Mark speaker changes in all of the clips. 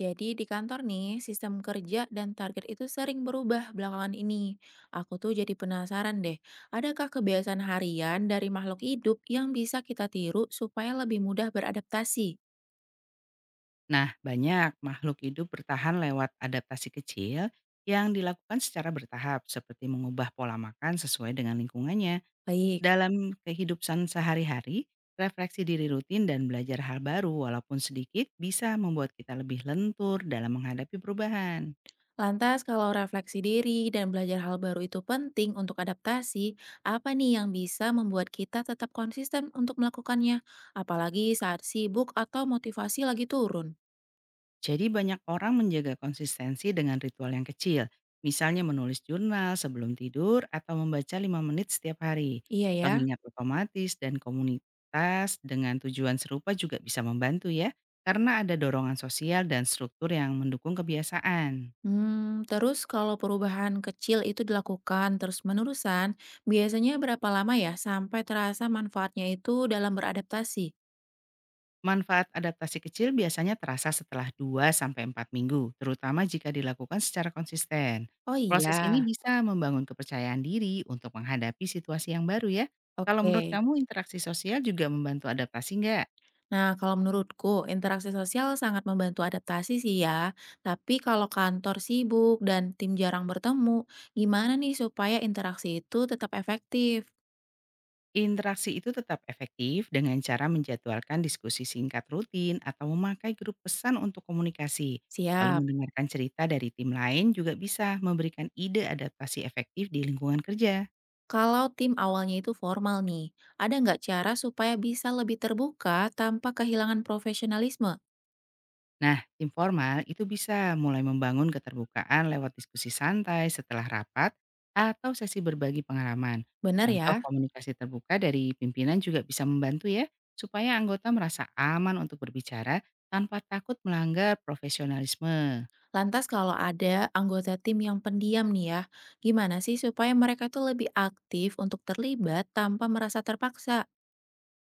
Speaker 1: Jadi di kantor nih, sistem kerja dan target itu sering berubah belakangan ini. Aku tuh jadi penasaran deh, adakah kebiasaan harian dari makhluk hidup yang bisa kita tiru supaya lebih mudah beradaptasi?
Speaker 2: Nah, banyak makhluk hidup bertahan lewat adaptasi kecil yang dilakukan secara bertahap, seperti mengubah pola makan sesuai dengan lingkungannya.
Speaker 1: Baik,
Speaker 2: Dalam kehidupan sehari-hari, refleksi diri rutin dan belajar hal baru walaupun sedikit bisa membuat kita lebih lentur dalam menghadapi perubahan.
Speaker 1: lantas kalau refleksi diri dan belajar hal baru itu penting untuk adaptasi, apa nih yang bisa membuat kita tetap konsisten untuk melakukannya? Apalagi saat sibuk atau motivasi lagi turun.
Speaker 2: Jadi, banyak orang menjaga konsistensi dengan ritual yang kecil, misalnya menulis jurnal sebelum tidur atau membaca 5 menit setiap hari.
Speaker 1: Iya ya.
Speaker 2: Pengingat otomatis dan komunitas dengan tujuan serupa juga bisa membantu ya, karena ada dorongan sosial dan struktur yang mendukung kebiasaan.
Speaker 1: Terus kalau perubahan kecil itu dilakukan terus-menerusan, biasanya berapa lama ya sampai terasa manfaatnya itu dalam beradaptasi?
Speaker 2: Manfaat adaptasi kecil biasanya terasa setelah 2 sampai 4 minggu, terutama jika dilakukan secara konsisten.
Speaker 1: Oh
Speaker 2: Proses ini
Speaker 1: iya,
Speaker 2: bisa membangun kepercayaan diri untuk menghadapi situasi yang baru ya. Kalau menurut
Speaker 1: oke.
Speaker 2: kamu, interaksi sosial juga membantu adaptasi nggak?
Speaker 1: Nah, kalau menurutku interaksi sosial sangat membantu adaptasi sih ya. Tapi kalau kantor sibuk dan tim jarang bertemu, gimana nih supaya interaksi itu tetap efektif?
Speaker 2: Interaksi itu tetap efektif dengan cara menjadwalkan diskusi singkat rutin atau memakai grup pesan untuk komunikasi. Lalu,
Speaker 1: Siap.
Speaker 2: mendengarkan cerita dari tim lain juga bisa memberikan ide adaptasi efektif di lingkungan kerja.
Speaker 1: Kalau tim awalnya itu formal nih, ada nggak cara supaya bisa lebih terbuka tanpa kehilangan profesionalisme?
Speaker 2: Nah, tim formal itu bisa mulai membangun keterbukaan lewat diskusi santai setelah rapat atau sesi berbagi pengalaman.
Speaker 1: Benar
Speaker 2: Contoh
Speaker 1: ya.
Speaker 2: komunikasi terbuka dari pimpinan juga bisa membantu ya, supaya anggota merasa aman untuk berbicara tanpa takut melanggar profesionalisme.
Speaker 1: Lantas kalau ada anggota tim yang pendiam nih ya, gimana sih supaya mereka tuh lebih aktif untuk terlibat tanpa merasa terpaksa?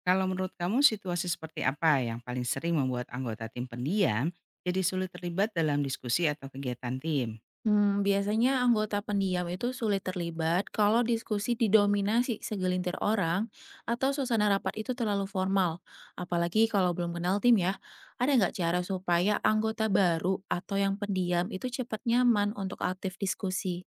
Speaker 2: Kalau menurut kamu, situasi seperti apa yang paling sering membuat anggota tim pendiam jadi sulit terlibat dalam diskusi atau kegiatan tim?
Speaker 1: Biasanya anggota pendiam itu sulit terlibat kalau diskusi didominasi segelintir orang atau suasana rapat itu terlalu formal. Apalagi kalau belum kenal tim ya. Ada nggak cara supaya anggota baru atau yang pendiam itu cepat nyaman untuk aktif diskusi?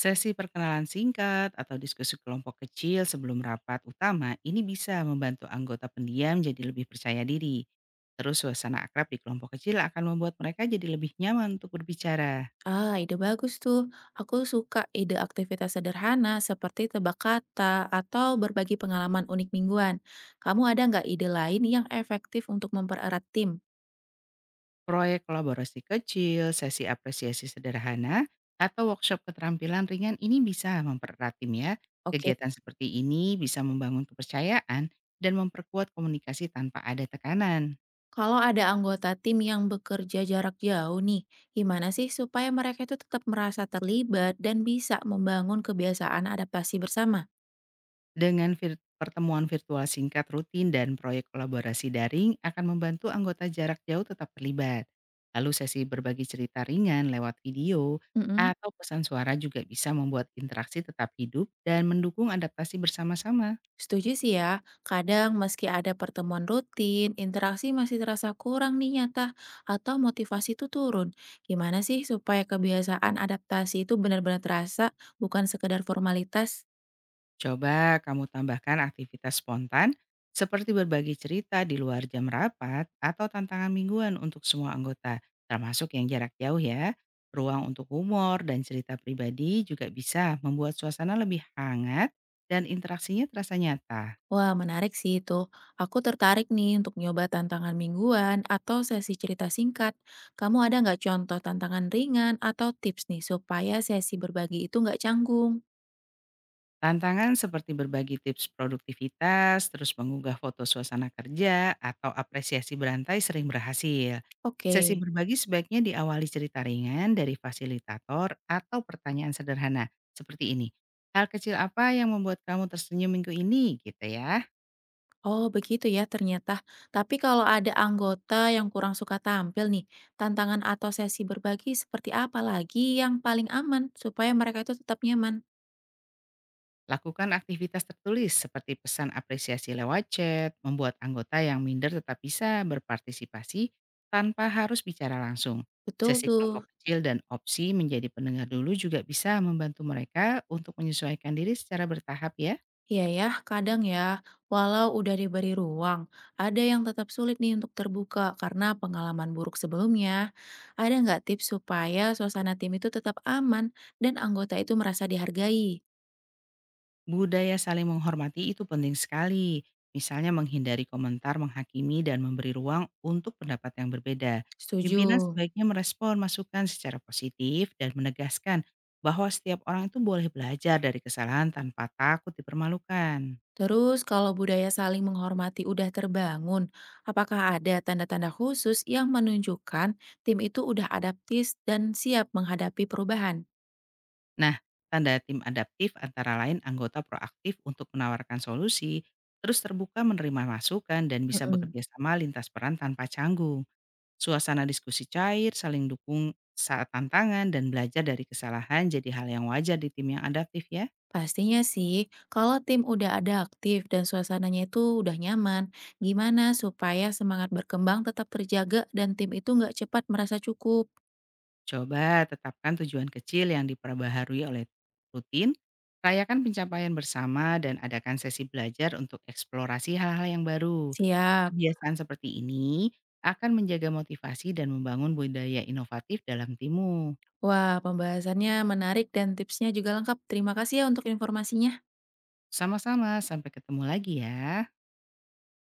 Speaker 2: Sesi perkenalan singkat atau diskusi kelompok kecil sebelum rapat utama ini bisa membantu anggota pendiam jadi lebih percaya diri. Terus, suasana akrab di kelompok kecil akan membuat mereka jadi lebih nyaman untuk berbicara.
Speaker 1: Ah, ide bagus tuh. Aku suka ide aktivitas sederhana seperti tebak kata atau berbagi pengalaman unik mingguan. Kamu ada nggak ide lain yang efektif untuk mempererat tim?
Speaker 2: Proyek kolaborasi kecil, sesi apresiasi sederhana, atau workshop keterampilan ringan ini bisa mempererat tim ya.
Speaker 1: Oke.
Speaker 2: Kegiatan seperti ini bisa membangun kepercayaan dan memperkuat komunikasi tanpa ada tekanan.
Speaker 1: Kalau ada anggota tim yang bekerja jarak jauh nih, gimana sih supaya mereka itu tetap merasa terlibat dan bisa membangun kebiasaan adaptasi bersama?
Speaker 2: Dengan pertemuan virtual singkat rutin dan proyek kolaborasi daring akan membantu anggota jarak jauh tetap terlibat. Lalu, sesi berbagi cerita ringan lewat video
Speaker 1: Mm-mm.
Speaker 2: atau pesan suara juga bisa membuat interaksi tetap hidup dan mendukung adaptasi bersama-sama.
Speaker 1: Setuju sih ya, kadang meski ada pertemuan rutin, interaksi masih terasa kurang nih nyata atau motivasi itu turun. Gimana sih supaya kebiasaan adaptasi itu benar-benar terasa, bukan sekedar formalitas?
Speaker 2: Coba kamu tambahkan aktivitas spontan seperti berbagi cerita di luar jam rapat atau tantangan mingguan untuk semua anggota, termasuk yang jarak jauh ya. Ruang untuk humor dan cerita pribadi juga bisa membuat suasana lebih hangat dan interaksinya terasa nyata.
Speaker 1: Wah, menarik sih itu. Aku tertarik nih untuk nyoba tantangan mingguan atau sesi cerita singkat. Kamu ada nggak contoh tantangan ringan atau tips nih supaya sesi berbagi itu nggak canggung?
Speaker 2: Tantangan seperti berbagi tips produktivitas, terus mengunggah foto suasana kerja, atau apresiasi berantai sering berhasil. Sesi
Speaker 1: Oke.
Speaker 2: berbagi sebaiknya diawali cerita ringan dari fasilitator atau pertanyaan sederhana seperti ini: hal kecil apa yang membuat kamu tersenyum minggu ini? Gitu ya.
Speaker 1: Oh, begitu ya ternyata. Tapi kalau ada anggota yang kurang suka tampil nih, tantangan atau sesi berbagi seperti apa lagi yang paling aman supaya mereka itu tetap nyaman?
Speaker 2: Lakukan aktivitas tertulis seperti pesan apresiasi lewat chat, membuat anggota yang minder tetap bisa berpartisipasi tanpa harus bicara langsung.
Speaker 1: Betul
Speaker 2: Sesi
Speaker 1: tuh.
Speaker 2: kelompok kecil dan opsi menjadi pendengar dulu juga bisa membantu mereka untuk menyesuaikan diri secara bertahap ya.
Speaker 1: Iya ya, kadang ya, walau udah diberi ruang, ada yang tetap sulit nih untuk terbuka karena pengalaman buruk sebelumnya. Ada nggak tips supaya suasana tim itu tetap aman dan anggota itu merasa dihargai?
Speaker 2: Budaya saling menghormati itu penting sekali. Misalnya, menghindari komentar menghakimi dan memberi ruang untuk pendapat yang berbeda.
Speaker 1: Setuju.
Speaker 2: Pimpinan sebaiknya merespon masukan secara positif dan menegaskan bahwa setiap orang itu boleh belajar dari kesalahan tanpa takut dipermalukan.
Speaker 1: Terus kalau budaya saling menghormati udah terbangun, apakah ada tanda-tanda khusus yang menunjukkan tim itu udah adaptif dan siap menghadapi perubahan?
Speaker 2: Nah, tanda tim adaptif antara lain anggota proaktif untuk menawarkan solusi, terus terbuka menerima masukan, dan bisa
Speaker 1: Mm-mm.
Speaker 2: bekerja sama lintas peran tanpa canggung. Suasana diskusi cair, saling dukung saat tantangan, dan belajar dari kesalahan jadi hal yang wajar di tim yang adaptif ya.
Speaker 1: Pastinya sih, kalau tim udah ada aktif dan suasananya itu udah nyaman, gimana supaya semangat berkembang tetap terjaga dan tim itu nggak cepat merasa cukup?
Speaker 2: Coba tetapkan tujuan kecil yang diperbaharui oleh rutin, rayakan pencapaian bersama, dan adakan sesi belajar untuk eksplorasi hal-hal yang baru.
Speaker 1: Siap.
Speaker 2: Kebiasaan seperti ini akan menjaga motivasi dan membangun budaya inovatif dalam timmu.
Speaker 1: Wah, pembahasannya menarik dan tipsnya juga lengkap. Terima kasih ya untuk informasinya.
Speaker 2: Sama-sama, sampai ketemu lagi ya.